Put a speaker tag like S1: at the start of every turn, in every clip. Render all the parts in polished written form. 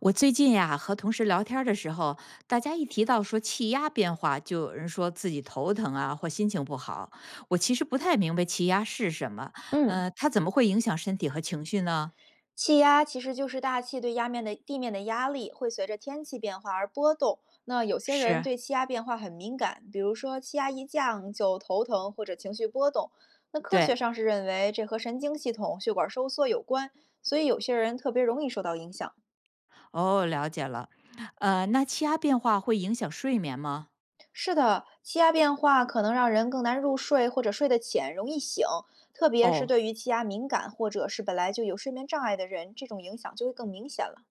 S1: 我最近呀，和同事聊天儿的时候，大家一提到说气压变化，就有人说自己头疼啊，或心情不好。我其实不太明白气压是什么，
S2: 嗯，
S1: 它怎么会影响身体和情绪呢？
S2: 气压其实就是大气对压面的地面的压力会随着天气变化而波动。那有些人
S1: 是，
S2: 对气压变化很敏感，比如说气压一降就头疼或者情绪波动。那科
S1: 对，
S2: 学上是认为这和神经系统血管收缩有关，所以有些人特别容易受到影响。
S1: 哦，了解了。那气压变化会影响睡眠吗？
S2: 是的，气压变化可能让人更难入睡或者睡得浅，容易醒，特别是
S1: 哦，
S2: 对于气压敏感或者是本来就有睡眠障碍的人，这种影响就会更明显了。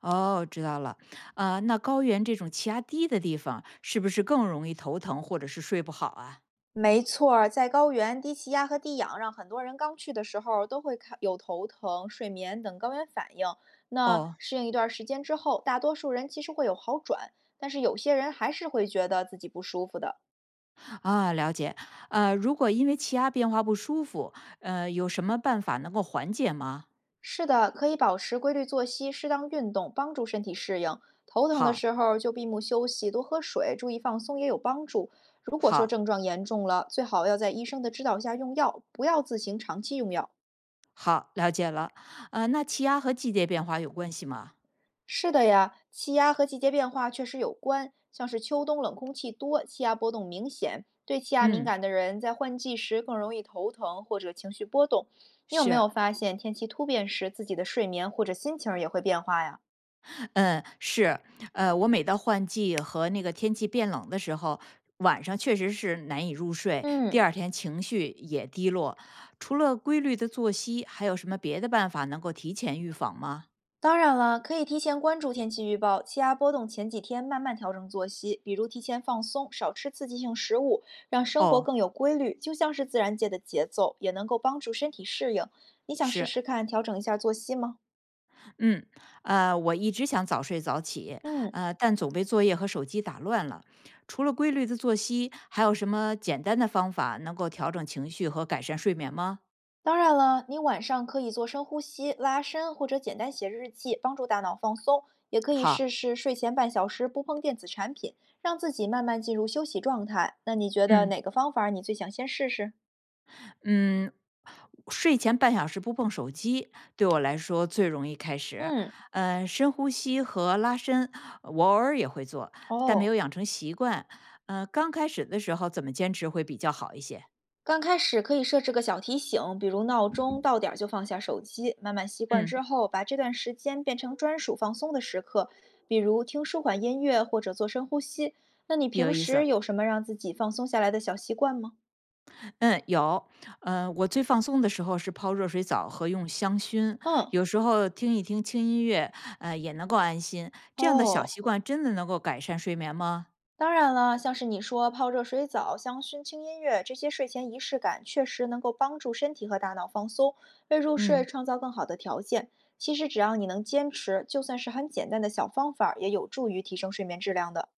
S1: 哦，知道了。那高原这种气压低的地方，是不是更容易头疼或者是睡不好啊？
S2: 没错儿，在高原，低气压和低氧让很多人刚去的时候都会看有头疼、睡眠等高原反应。那
S1: 哦，
S2: 适应一段时间之后，大多数人其实会有好转，但是有些人还是会觉得自己不舒服的。
S1: 啊，了解。如果因为气压变化不舒服，有什么办法能够缓解吗？
S2: 是的，可以保持规律作息、适当运动，帮助身体适应。头疼的
S1: 好，
S2: 时候就闭目休息，多喝水，注意放松也有帮助。如果说
S1: 好，
S2: 症状严重了，最好要在医生的指导下用药，不要自行长期用药。
S1: 好，了解了。那气压和季节变化有关系吗？
S2: 是的呀，气压和季节变化确实有关，像是秋冬冷空气多，气压波动明显，对气压敏
S1: 嗯，
S2: 感的人在换季时更容易头疼或者情绪波动。你有没
S1: 是，
S2: 有发现天气突变时，自己的睡眠或者心情儿也会变化呀？
S1: 嗯，是。我每到换季和那个天气变冷的时候，晚上确实是难以入睡，第
S2: 嗯，
S1: 二天情绪也低落。除了规律的作息，还有什么别的办法能够提前预防吗？
S2: 当然了，可以提前关注天气预报，气压波动前几天慢慢调整作息，比如提前放松，少吃刺激性食物，让生活
S1: 哦，
S2: 更有规律，就像是自然界的节奏，也能够帮助身体适应。你想试
S1: 是。
S2: 试看调整一下作息吗？
S1: 嗯，我一直想早睡早起，
S2: 嗯，
S1: 但总被作业和手机打乱了。除了规律的作息，还有什么简单的方法能够调整情绪和改善睡眠吗？
S2: 当然了，你晚上可以做深呼吸、拉伸，或者简单写日记，帮助大脑放松。也可以试
S1: 好，
S2: 试睡前半小时不碰电子产品，让自己慢慢进入休息状态。那你觉得
S1: 嗯
S2: 哪个方法你最想先试试？
S1: 嗯，睡前半小时不碰手机，对我来说最容易开始。
S2: 嗯。
S1: 深呼吸和拉伸，我偶尔也会做，但没
S2: 哦，
S1: 有养成习惯。刚开始的时候怎么坚持会比较好一些？
S2: 刚开始可以设置个小提醒，比如闹钟，到点儿就放下手机。慢慢习惯
S1: 嗯，
S2: 之后，把这段时间变成专属放松的时刻，比如听舒缓音乐或者做深呼吸。那你
S1: 有
S2: 平
S1: 意
S2: 时
S1: 思。
S2: 有什么让自己放松下来的小习惯吗？
S1: 嗯，有，我最放松的时候是泡热水澡和用香薰，
S2: 嗯。
S1: 有时候听一听轻音乐，也能够安心。这样的小
S2: 哦，
S1: 习惯真的能够改善睡眠吗？
S2: 当然了，像是你说泡热水澡、香薰、轻音乐这些睡前仪式感，确实能够帮助身体和大脑放松，为入睡
S1: 嗯，
S2: 创造更好的条件。其实只要你能坚持，就算是很简单的小方法儿也有助于提升睡眠质量的。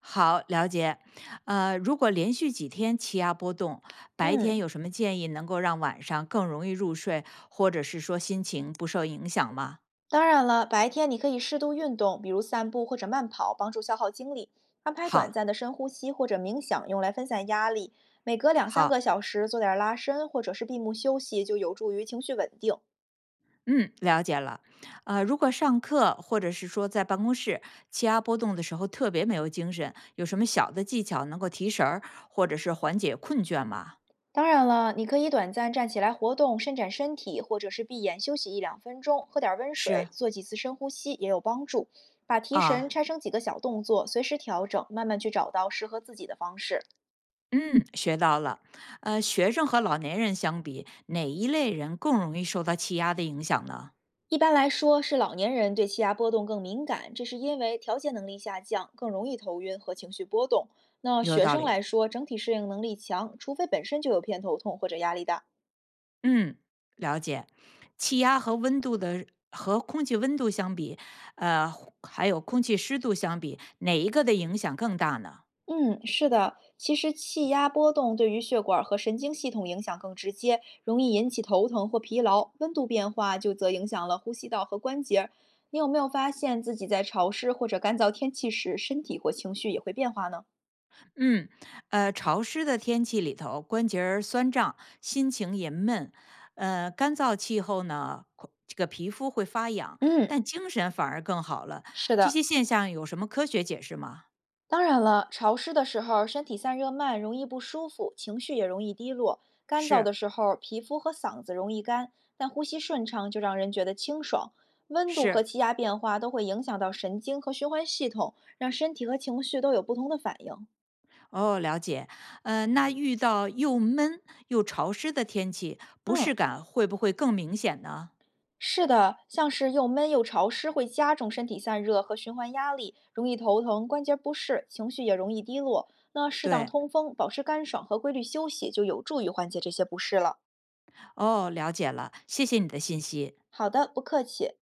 S1: 好，了解。如果连续几天气压波动，白天
S2: 嗯，
S1: 有什么建议能够让晚上更容易入睡，或者是说心情不受影响吗？
S2: 当然了，白天你可以适度运动，比如散步或者慢跑，帮助消耗精力；安排短
S1: 好，
S2: 暂的深呼吸或者冥想，用来分散压力。每隔两三
S1: 好。
S2: 个小时做点儿拉伸或者是闭目休息，就有助于情绪稳定。
S1: 嗯，了解了。如果上课或者是说在办公室气压波动的时候特别没有精神，有什么小的技巧能够提神儿，或者是缓解困倦吗？
S2: 当然了，你可以短暂站起来活动、伸展身体，或者是闭眼休息一两分钟，喝点温水，
S1: 是，
S2: 做几次深呼吸也有帮助。把提神
S1: 啊，
S2: 拆成几个小动作，随时调整，慢慢去找到适合自己的方式。
S1: 嗯，学到了。学生和老年人相比，哪一类人更容易受到气压的影响呢？
S2: 一般来说，是老年人对气压波动更敏感，这是因为调节能力下降，更容易头晕和情绪波动。那
S1: 有
S2: 学
S1: 道
S2: 生
S1: 理。
S2: 来说，整体适应能力强，除非本身就有偏头痛或者压力大。
S1: 嗯，了解。气压和温度的和空气温度相比，呃，还有空气湿度相比，哪一个的影响更大呢？
S2: 嗯，是的，其实气压波动对于血管和神经系统影响更直接，容易引起头疼或疲劳。温度变化就则影响了呼吸道和关节。你有没有发现自己在潮湿或者干燥天气时，身体或情绪也会变化呢？
S1: 嗯，潮湿的天气里头，关节儿酸胀，心情也闷。干燥气候呢，口这个皮肤会发痒，
S2: 嗯，
S1: 但精神反而更好了。
S2: 是
S1: 这
S2: 的，
S1: 些现象有什么科学解释吗？
S2: 当然了，潮湿的时候身体散热慢，容易不舒服，情绪也容易低落；干燥的
S1: 是，
S2: 时候，皮肤和嗓子容易干，但呼吸顺畅就让人觉得清爽。温度和
S1: 是，
S2: 气压变化都会影响到神经和循环系统，让身体和情绪都有不同的反应。
S1: 哦，了解。那遇到又闷又潮湿的天气，不
S2: 嗯，
S1: 适感会不会更明显呢？
S2: 是的，像是又闷又潮湿，会加重身体散热和循环压力，容易头疼、关节不适，情绪也容易低落。那适当
S1: 对，
S2: 通风、保持干爽和规律休息，就有助于缓解这些不适了。
S1: 哦，了解了，谢谢你的信息。
S2: 好的，不客气。